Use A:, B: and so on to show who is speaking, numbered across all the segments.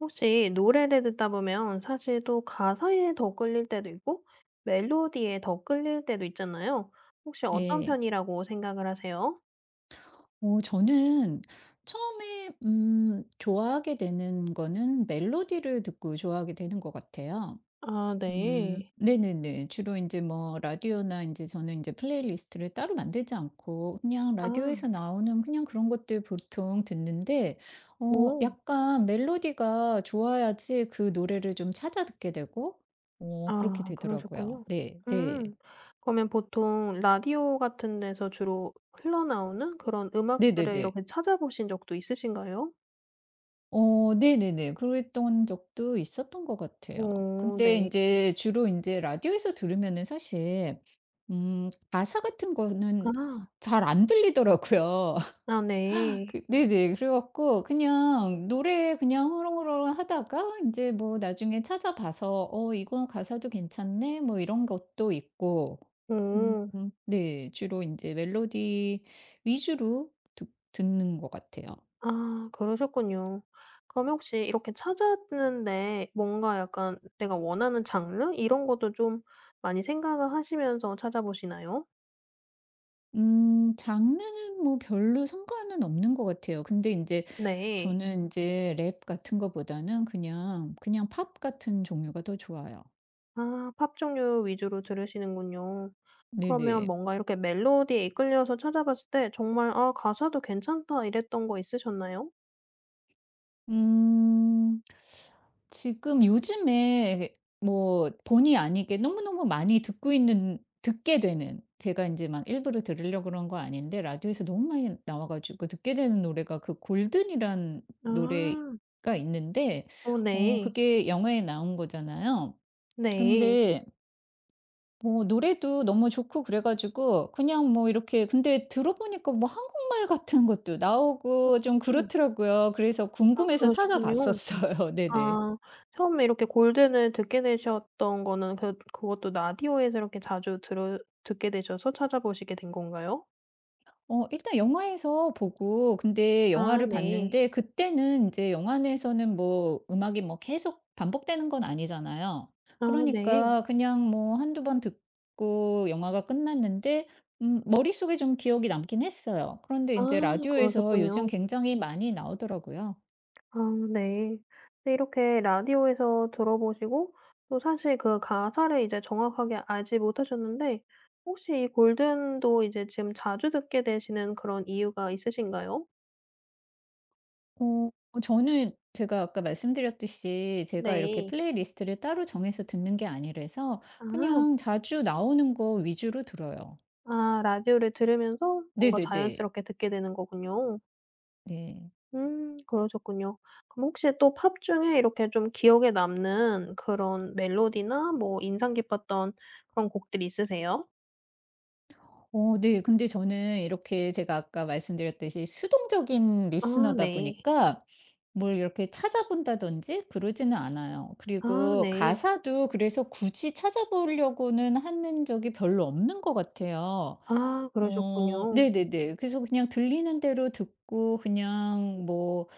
A: 혹시 노래를 듣다 보면 사실 또 가사에 더 끌릴 때도 있고 멜로디에 더 끌릴 때도 있잖아요. 혹시 어떤
B: 네.
A: 편이라고 생각을 하세요?
B: 저는 처음에 좋아하게 되는 거는 멜로디를 듣고 좋아하게 되는 것 같아요.
A: 아, 네.
B: 네네네. 주로 이제 뭐 라디오나 이제 저는 이제 플레이리스트를 따로 만들지 않고 그냥
A: 아.
B: 라디오에서 나오는 그냥 그런 것들 보통 듣는데,
A: 오.
B: 약간 멜로디가 좋아야지 그 노래를 좀 찾아 듣게 되고, 그렇게
A: 아,
B: 되더라고요.
A: 그러셨군요.
B: 네. 네.
A: 음. 그러면 보통 라디오 같은 데서 주로 흘러나오는 그런 음악들을
B: 네네네.
A: 이렇게 찾아보신 적도 있으신가요?
B: 네네네. 그랬던 적도 있었던 것 같아요.
A: 오,
B: 근데
A: 네.
B: 이제 주로 이제 라디오에서 들으면은 사실 가사 같은 거는
A: 아.
B: 잘 안 들리더라고요.
A: 아, 네.
B: 그 네네. 그래 갖고 그냥 노래 그냥 흐렁흐렁하다가 이제 뭐 나중에 찾아 봐서 '어 이건 가사도 괜찮네.' 뭐 이런 것도 있고,
A: 오.
B: 네. 주로 이제 멜로디 위주로 듣 듣는 것 같아요.
A: 아, 그러셨군요. 그러면 혹시 이렇게 찾았는데 뭔가 약간 내가 원하는 장르 이런 것도 좀 많이 생각을 하시면서 찾아보시나요?
B: 장르는 뭐 별로 상관은 없는 것 같아요. 근데 이제
A: 네.
B: 저는 이제 랩 같은 거보다는 그냥 팝 같은 종류가 더 좋아요.
A: 아, 팝 종류 위주로 들으시는군요. 그러면
B: 네네.
A: 뭔가 이렇게 멜로디에 이끌려서 찾아봤을 때 정말 '아 가사도 괜찮다.' 이랬던 거 있으셨나요?
B: 음. 지금 요즘에 뭐 본의 아니게 너무너무 많이 듣고 있는 듣게 되는, 제가 이제 막 일부러 들으려고 그런 거 아닌데 라디오에서 너무 많이 나와 가지고 듣게 되는 노래가, 그 골든이란
A: 아.
B: 노래가 있는데,
A: 어, 네.
B: 그게 영화에 나온 거잖아요.
A: 네.
B: 근데 뭐 노래도 너무 좋고 그래 가지고 그냥 뭐 이렇게, 근데 들어보니까 뭐 한국말 같은 것도 나오고 좀
A: 어,
B: 그렇더라고요. 그래서
A: 아
B: 궁금해서
A: 그러셨군요.
B: 찾아봤었어요. 네네.
A: 아. 처음에 이렇게 골든을 듣게 되셨던 거는 그 그것도 라디오에서 이렇게 자주 들어 듣게 되셔서 찾아보시게 된 건가요?
B: 일단 영화에서 보고, 근데
A: 아,
B: 영화를
A: 네.
B: 봤는데 그때는 이제 영화 내에서는 뭐 음악이 뭐 계속 반복되는 건 아니잖아요.
A: 아, 네.
B: 그러니까 그냥 뭐 한두 번 듣고 영화가 끝났는데, 머릿속에 좀 기억이 남긴 했어요. 그런데
A: 아,
B: 이제 라디오에서 요즘
A: 그러셨군요.
B: 굉장히 많이 나오더라고요.
A: 아, 네. 근데 이렇게 라디오에서 들어보시고 또 사실 그 가사를 이제 정확하게 알지 못하셨는데 혹시 이 골든도 이제 지금 자주 듣게 되시는 그런 이유가 있으신가요?
B: 어 저는 제가 아까 말씀드렸듯이 제가 이렇게
A: 네.
B: 플레이리스트를 따로 정해서 듣는 게 아니라서
A: 아.
B: 그냥 자주 나오는 거 위주로 들어요.
A: 아, 라디오를 들으면서 뭔가
B: 네네네.
A: 자연스럽게 듣게 되는 거군요.
B: 네.
A: 음, 그러셨군요. 그럼 혹시 또 팝 중에 이렇게 좀 기억에 남는 그런 멜로디나 뭐 인상 깊었던 그런 곡들이 있으세요?
B: 네. 근데 저는 이렇게 제가 아까 말씀드렸듯이 수동적인
A: 아,
B: 리스너다
A: 네.
B: 보니까 뭘 이렇게 찾아본다든지 그러지는 않아요.
A: 아,
B: 그리고
A: 네.
B: 가사도 그래서 굳이 찾아보려고는 하는 적이 별로 없는 것 같아요.
A: 아, 그러셨군요.
B: 네네네. 그래서 그냥 들리는 대로 듣고 그냥 뭐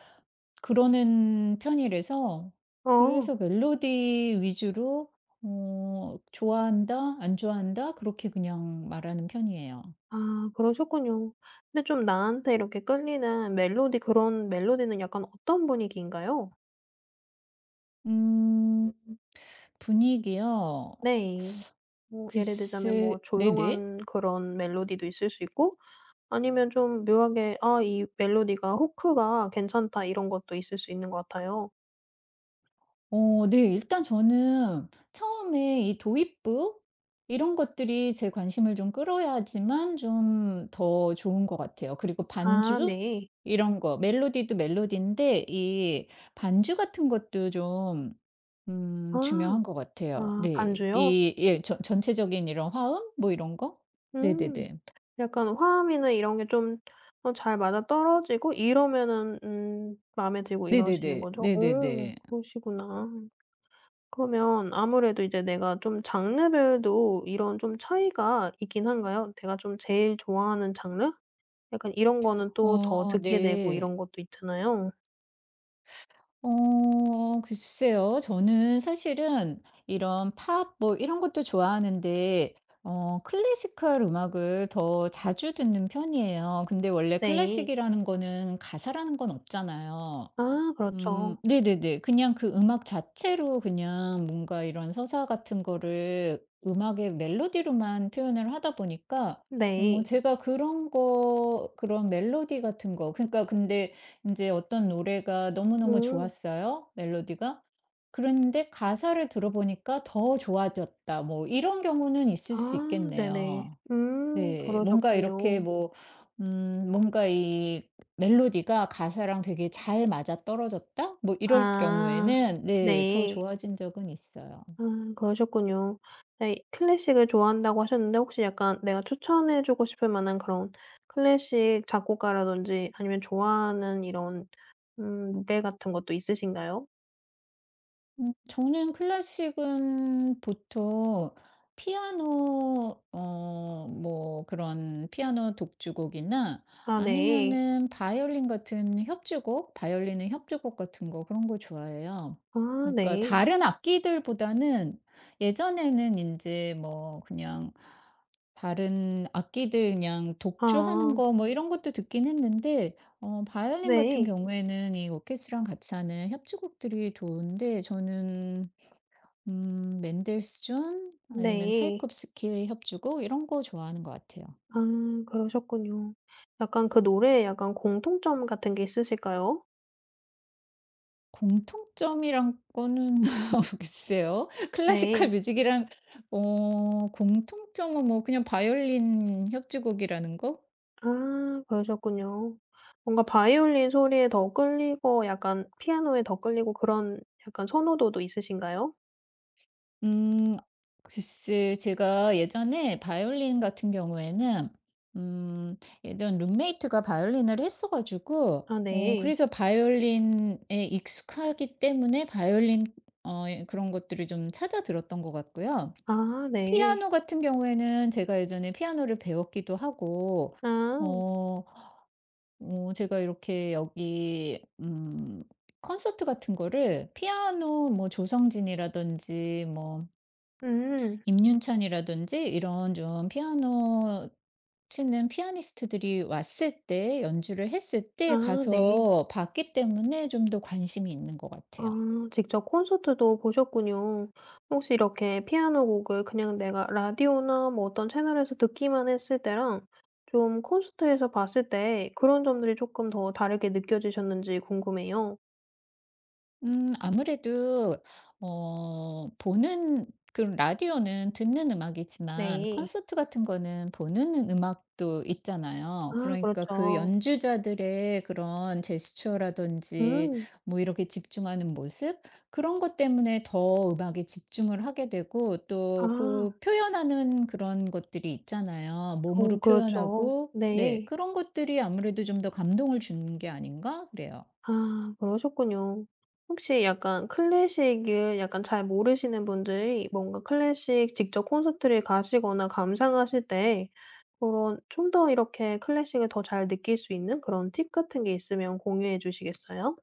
B: 그러는 편이라서,
A: 어.
B: 그래서 멜로디 위주로 좋아한다, 안 좋아한다 그렇게 그냥 말하는 편이에요.
A: 아, 그러셨군요. 근데 좀 나한테 이렇게 끌리는 멜로디 그런 멜로디는 약간 어떤 분위기인가요?
B: 음 분위기요?
A: 네. 뭐 예를 들자면
B: 글쎄,
A: 뭐
B: 네네.
A: 조용한 그런 멜로디도 있을 수 있고 아니면 좀 묘하게 '아 이 멜로디가 후크가 괜찮다.' 이런 것도 있을 수 있는 것 같아요.
B: 네. 일단 저는 처음에 이 도입부 이런 것들이 제 관심을 좀 끌어야지만 좀 더 좋은 것 같아요. 그리고
A: 아,
B: 반주
A: 네.
B: 이런 거, 멜로디도 멜로디인데 이 반주 같은 것도 좀
A: 아.
B: 중요한 것 같아요.
A: 아,
B: 네.
A: 반주요?
B: 이 예, 전 전체적인 이런 화음 뭐 이런 거?
A: 음.
B: 네네네.
A: 약간 화음이나 이런 게 좀 어 잘 맞아떨어지고 이러면은 마음에 들고 이러시는
B: 네네네.
A: 거죠? 오,
B: 네네네.
A: 그러시구나. 그러면 아무래도 이제 내가 좀 장르별도 이런 좀 차이가 있긴 한가요? 내가 좀 제일 좋아하는 장르? 약간 이런 거는 또 더 듣게 되고
B: 네.
A: 이런 것도 있잖아요.
B: 어 글쎄요. 저는 사실은 이런 팝 뭐 이런 것도 좋아하는데 클래시컬 음악을 더 자주 듣는 편이에요. 근데 원래
A: 네.
B: 클래식이라는 거는 가사라는 건 없잖아요.
A: 아, 그렇죠.
B: 네네네. 그냥 그 음악 자체로 그냥 뭔가 이런 서사 같은 거를 음악의 멜로디로만 표현을 하다 보니까,
A: 네.
B: 제가 그런 거 그런 멜로디 같은 거 그러니까, 근데 이제 어떤 노래가 너무너무
A: 음.
B: 좋았어요, 멜로디가. 그런데 가사를 들어보니까 '더 좋아졌다.' 뭐 이런 경우는 있을
A: 아,
B: 수
A: 네네.
B: 있겠네요.
A: 음,
B: 네. 뭔가
A: 그러셨군요.
B: 이렇게 뭐 뭔가 이 멜로디가 가사랑 되게 잘 맞아떨어졌다? 뭐 이럴
A: 아,
B: 경우에는 네 더
A: 네.
B: 좋아진 적은 있어요.
A: 아, 그러셨군요. 네, 클래식을 좋아한다고 하셨는데 혹시 약간 내가 추천해 주고 싶을 만한 그런 클래식 작곡가라든지 아니면 좋아하는 이런 무대 같은 것도 있으신가요?
B: 저는 클래식은 보통 피아노, 뭐 그런 피아노 독주곡이나
A: 아, 네.
B: 아니면은 바이올린 같은 협주곡, 바이올린은 협주곡 같은 거 그런 거 좋아해요.
A: 아,
B: 그러니까
A: 네.
B: 다른 악기들보다는 예전에는 이제 뭐 그냥 다른 악기들 그냥 독주하는
A: 아,
B: 거 뭐 이런 것도 듣긴 했는데, 바이올린 같은
A: 네.
B: 경우에는 이 오케스트라랑 같이 하는 협주곡들이 좋은데, 저는 맨델스존 아니면
A: 네.
B: 차이콥스키의 협주곡 이런 거 좋아하는 것 같아요.
A: 아, 그러셨군요. 약간 그 노래에 약간 공통점 같은 게 있으실까요?
B: 공통점이라거는 글쎄요. 클래시컬
A: 네.
B: 뮤직이랑 공통점은 뭐 그냥 바이올린 협주곡이라는 거?
A: 아, 그러셨군요. 뭔가 바이올린 소리에 더 끌리고 약간 피아노에 더 끌리고 그런 약간 선호도도 있으신가요?
B: 음. 글쎄, 제가 예전에 바이올린 같은 경우에는 음 예전 룸메이트가 바이올린을 했어 가지고,
A: 아, 네.
B: 그래서 바이올린에 익숙하기 때문에 바이올린, 예 그런 것들을 좀 찾아 들었던 것 같고요.
A: 아, 네.
B: 피아노 같은 경우에는 제가 예전에 피아노를 배웠기도 하고,
A: 아.
B: 어 제가 이렇게 여기 콘서트 같은 거를 피아노 뭐 조성진이라든지 뭐
A: 음.
B: 임윤찬이라든지 이런 좀 피아노 치는 피아니스트들이 왔을 때 연주를 했을 때
A: 아, 네.
B: 가서 봤기 때문에 좀 더 관심이 있는 것
A: 아,
B: 같아요.
A: 직접 콘서트도 보셨군요. 혹시 이렇게 피아노 곡을 그냥 내가 라디오나 뭐 어떤 채널에서 듣기만 했을 때랑 좀 콘서트에서 봤을 때 그런 점들이 조금 더 다르게 느껴지셨는지 궁금해요.
B: 아무래도 어 보는 그 라디오는 듣는 음악이지만
A: 네.
B: 콘서트 같은 거는 보는 음악도 있잖아요.
A: 아,
B: 그러니까 그
A: 그렇죠.
B: 연주자들의 그런 제스처라든지
A: 음.
B: 뭐 이렇게 집중하는 모습, 그런 것 때문에 더 음악에 집중을 하게 되고, 또
A: 아.
B: 그 표현하는 그런 것들이 있잖아요.
A: 오,
B: 몸으로
A: 그렇죠.
B: 표현하고, 네,
A: 네.
B: 그런 것들이 아무래도 좀 더 감동을 주는 게 아닌가 그래요.
A: 아, 그러셨군요. 혹시 약간 클래식을 약간 잘 모르시는 분들이 뭔가 클래식 직접 콘서트를 가시거나 감상하실 때 그런 좀 더 이렇게 클래식을 더 잘 느낄 수 있는 그런 팁 같은 게 있으면 공유해 주시겠어요?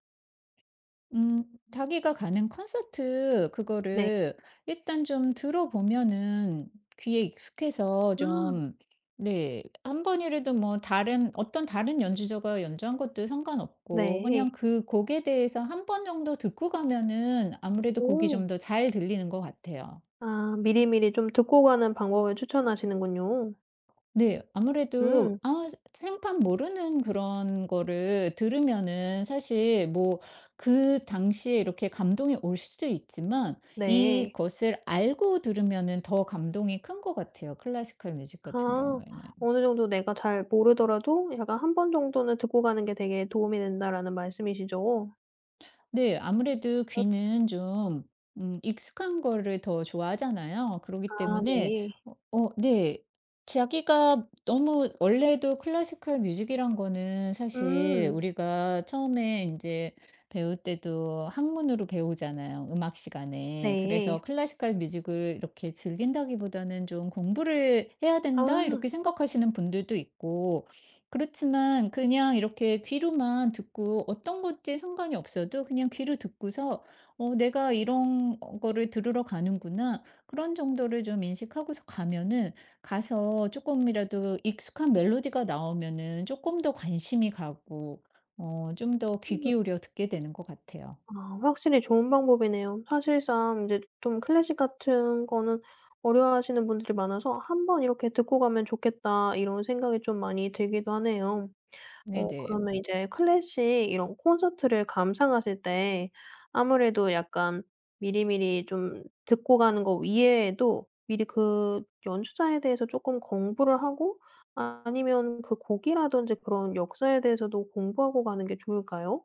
B: 음 자기가 가는 콘서트
A: 네.
B: 그거를 일단 좀 들어보면은 귀에 익숙해서
A: 아,
B: 좀, 네, 한 번이라도 뭐 다른 어떤 다른 연주자가 연주한 것도 상관없고 그냥
A: 네.
B: 그 곡에 대해서 한번 정도 듣고 가면은 아무래도 곡이
A: 오.
B: 좀 더 잘 들리는 것 같아요.
A: 아, 미리미리 좀 듣고 가는 방법을 추천하시는군요.
B: 네.
A: 음,
B: 아무래도, 아, 생판 모르는 그런 거를 들으면은 사실 뭐 그 당시에 이렇게 감동이 올 수도 있지만
A: 네.
B: 이것을 알고 들으면은 더 감동이 큰 것 같아요, 클래시컬 뮤직 같은
A: 아,
B: 경우에는.
A: 어느 정도 내가 잘 모르더라도 약간 한 번 정도는 듣고 가는 게 되게 도움이 된다라는 말씀이시죠?
B: 네. 아무래도 귀는 좀 익숙한 거를 더 좋아하잖아요. 그러기
A: 아,
B: 때문에
A: 네.
B: 네. 자기가 너무 원래도 클래시컬 뮤직이란 거는 사실
A: 음,
B: 우리가 처음에 이제 배울 때도 학문으로 배우잖아요, 음악 시간에. 그래서
A: 네.
B: '클래시컬 뮤직을 이렇게 즐긴다기보다는 좀 공부를 해야 된다.'
A: 아.
B: 이렇게 생각하시는 분들도 있고, 그렇지만 그냥 이렇게 귀로만 듣고 어떤 건지 상관이 없어도 그냥 귀로 듣고서 '어 내가 이런 거를 들으러 가는구나.' 그런 정도를 좀 인식하고서 가면은 가서 조금이라도 익숙한 멜로디가 나오면은 조금 더 관심이 가고 좀 더 귀
A: 음.
B: 기울여 듣게 되는 것 같아요.
A: 아, 확실히 좋은 방법이네요. 사실상 인제 좀 클래식 같은 거는 어려워하시는 분들이 많아서 '한번 이렇게 듣고 가면 좋겠다.' 이런 생각이 좀 많이 들기도 하네요. 어,
B: 네네.
A: 그러면 이제 클래식 이런 콘서트를 감상하실 때 아무래도 약간 미리미리 좀 듣고 가는 거 이외에도 미리 그 연주자에 대해서 쪼끔 공부를 하고 아니면 그 곡이라든지 그런 역사에 대해서도 공부하고 가는 게 좋을까요?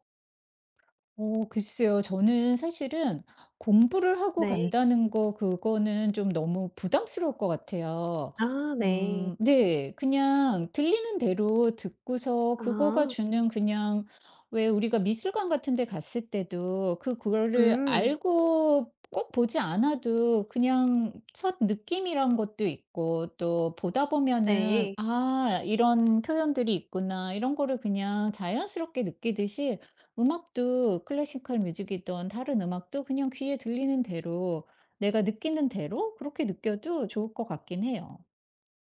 B: 글쎄요. 저는 사실은 공부를 하고
A: 네.
B: 간다는 거, 그거는 좀 너무 부담스러울 것 같아요.
A: 아, 네.
B: 네. 그냥 들리는 대로 듣고서 그거가
A: 아.
B: 주는 그냥, 왜 우리가 미술관 같은 데 갔을 때도 그거를
A: 음.
B: 알고 꼭 보지 않아도 그냥 첫 느낌이란 것도 있고 또 보다 보면은
A: 네.
B: '아 이런 표현들이 있구나.' 이런 거를 그냥 자연스럽게 느끼듯이, 음악도 클래시컬 뮤직이든 다른 음악도 그냥 귀에 들리는 대로, 내가 느끼는 대로 그렇게 느껴도 좋을 것 같긴 해요.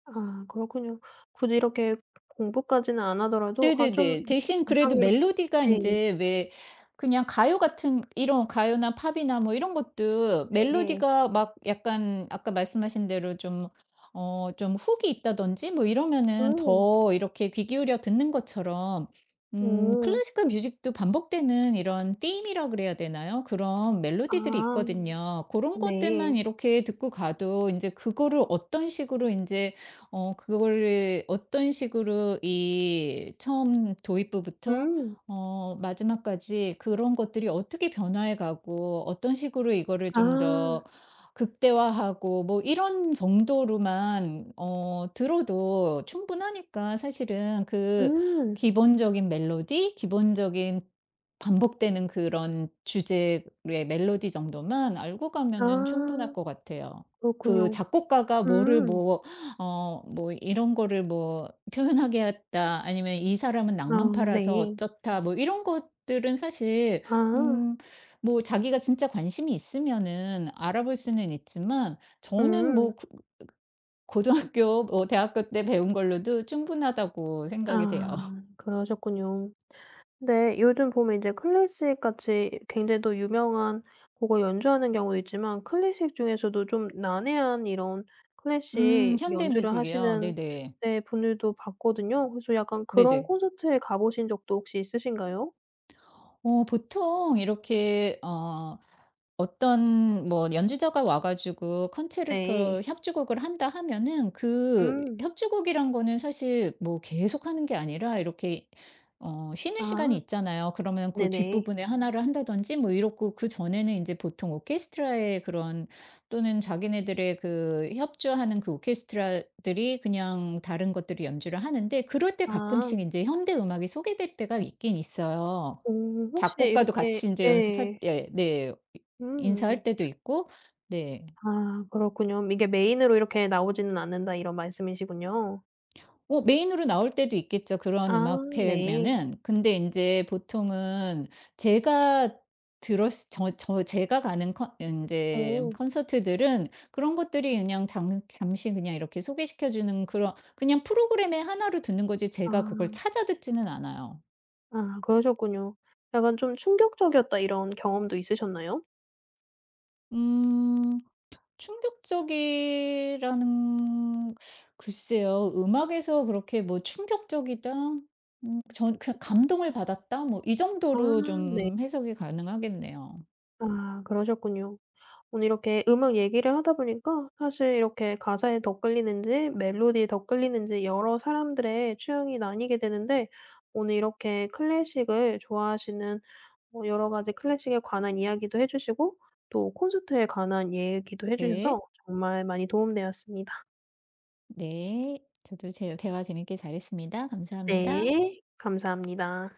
A: 아, 그렇군요. 굳이 이렇게 공부까지는 안 하더라도 아좀
B: 네네네.
A: 네,
B: 대신 그래도
A: 감상이 이렇게
B: 멜로디가
A: 네.
B: 인제, 왜 그냥 가요 같은 이런 가요나 팝이나 뭐 이런 것도
A: 네.
B: 멜로디가 막 약간 아까 말씀하신 대로 좀, 좀 훅이 있다든지 뭐 이러면은
A: 오.
B: 더 이렇게 귀 기울여 듣는 것처럼,
A: 오.
B: 클래식한 뮤직도 반복되는 이런 띠임이라 그래야 되나요? 그런 멜로디들이
A: 아,
B: 있거든요. 고런 것들만
A: 네.
B: 이렇게 듣고 가도 인제 그거를 어떤 식으로 인제, 그거를 어떤 식으로 이 처음 도입부부터
A: 음.
B: 마지막까지 그런 것들이 어떻게 변화해 가고 어떤 식으로 이거를 좀
A: 아.
B: 더 극대화하고 뭐 이런 정도로만 들어도 충분하니까 사실은 그
A: 음.
B: 기본적인 멜로디, 기본적인 반복되는 그런 주제의 멜로디 정도만 알고 가면은 충분할
A: 아,
B: 것 같아요. 그
A: 그렇군요.
B: 작곡가가 뭐를
A: 음.
B: 뭐 뭐 이런 거를 뭐 '표현하게 했다.' 아니면 '이 사람은
A: 아,
B: 낭만 팔아서
A: 네.
B: 어쩌다.' 뭐 이런 것들은 사실
A: 아.
B: 음 뭐 자기가 진짜 관심이 있으면은 알아볼 수는 있지만 저는
A: 음.
B: 뭐 고등학교 뭐 대학교 때 배운 걸로도 충분하다고 생각이 돼요.
A: 아, 그러셨군요. 근데 요즘 보면 이제 클래식 같이 굉장히 또 유명한 곡을 연주하는 경우도 있지만 클래식 중에서도 좀 난해한 이런 클래식
B: 현대
A: 연주를
B: 뮤직이요?
A: 하시는
B: 네네.
A: 네 분들도 봤거든요. 그래서 약간 그런
B: 네네.
A: 콘서트에 가 보신 적도 혹시 있으신가요?
B: 보통 이렇게 어떤 뭐 연주자가 와 가지고
A: 네.
B: 컨체르토 협주곡을 한다 하면은 그
A: 음.
B: 협주곡이란 거는 사실 뭐 계속 하는 게 아니라 이렇게 쉬는 시간이
A: 아.
B: 있잖아요. 그러면 그
A: 네네.
B: 뒷부분에 하나를 한다든지 뭐 이렇고, 그전에는 인제 보통 오케스트라의 그런 또는 자기네들의 그 협주하는 그 오케스트라들이 그냥 다른 것들을 연주를 하는데 그럴 때
A: 아.
B: 가끔씩 인제 현대 음악이 소개될 때가 있긴 있어요.
A: 오, 혹시
B: 작곡가도
A: 이렇게
B: 같이 인제 연습할,
A: 네.
B: 예, 네. 인사할
A: 음.
B: 때도 있고, 네.
A: 아, 그렇군요. 이게 메인으로 이렇게 나오지는 않는다 이런 말씀이시군요.
B: 뭐 메인으로 나올 때도 있겠죠, 그런
A: 아, 네.
B: 음악회면은. 근데 인제 보통은 제가 들었을 저 저 제가 가는 컨 인제
A: 오.
B: 콘서트들은 그런 것들이 그냥 장 잠시 그냥 이렇게 소개시켜 주는 그런 그냥 프로그램의 하나로 듣는 거지
A: 아.
B: 제가 그걸 찾아 듣지는 않아요.
A: 아, 그러셨군요. 약간 좀 '충격적이었다.' 이런 경험도 있으셨나요?
B: 음. 충격적이라는, 글쎄요. 음악에서 그렇게 뭐 '충격적이다.' 전 그냥 '감동을 받았다.' 뭐 이
A: 아,
B: 정도로
A: 네.
B: 좀 해석이 가능하겠네요.
A: 아, 그러셨군요. 오늘 이렇게 음악 얘기를 하다 보니까 사실 이렇게 가사에 더 끌리는지 멜로디에 더 끌리는지 여러 사람들의 취향이 나뉘게 되는데 오늘 이렇게 클래식을 좋아하시는 뭐 여러 가지 클래식에 관한 이야기도 해 주시고 또 콘서트에 관한 얘기도 해
B: 네.
A: 주셔서 정말 많이 도움되었습니다.
B: 네. 저도 제 대화 재밌게 잘했습니다. 감사합니다.
A: 네. 감사합니다.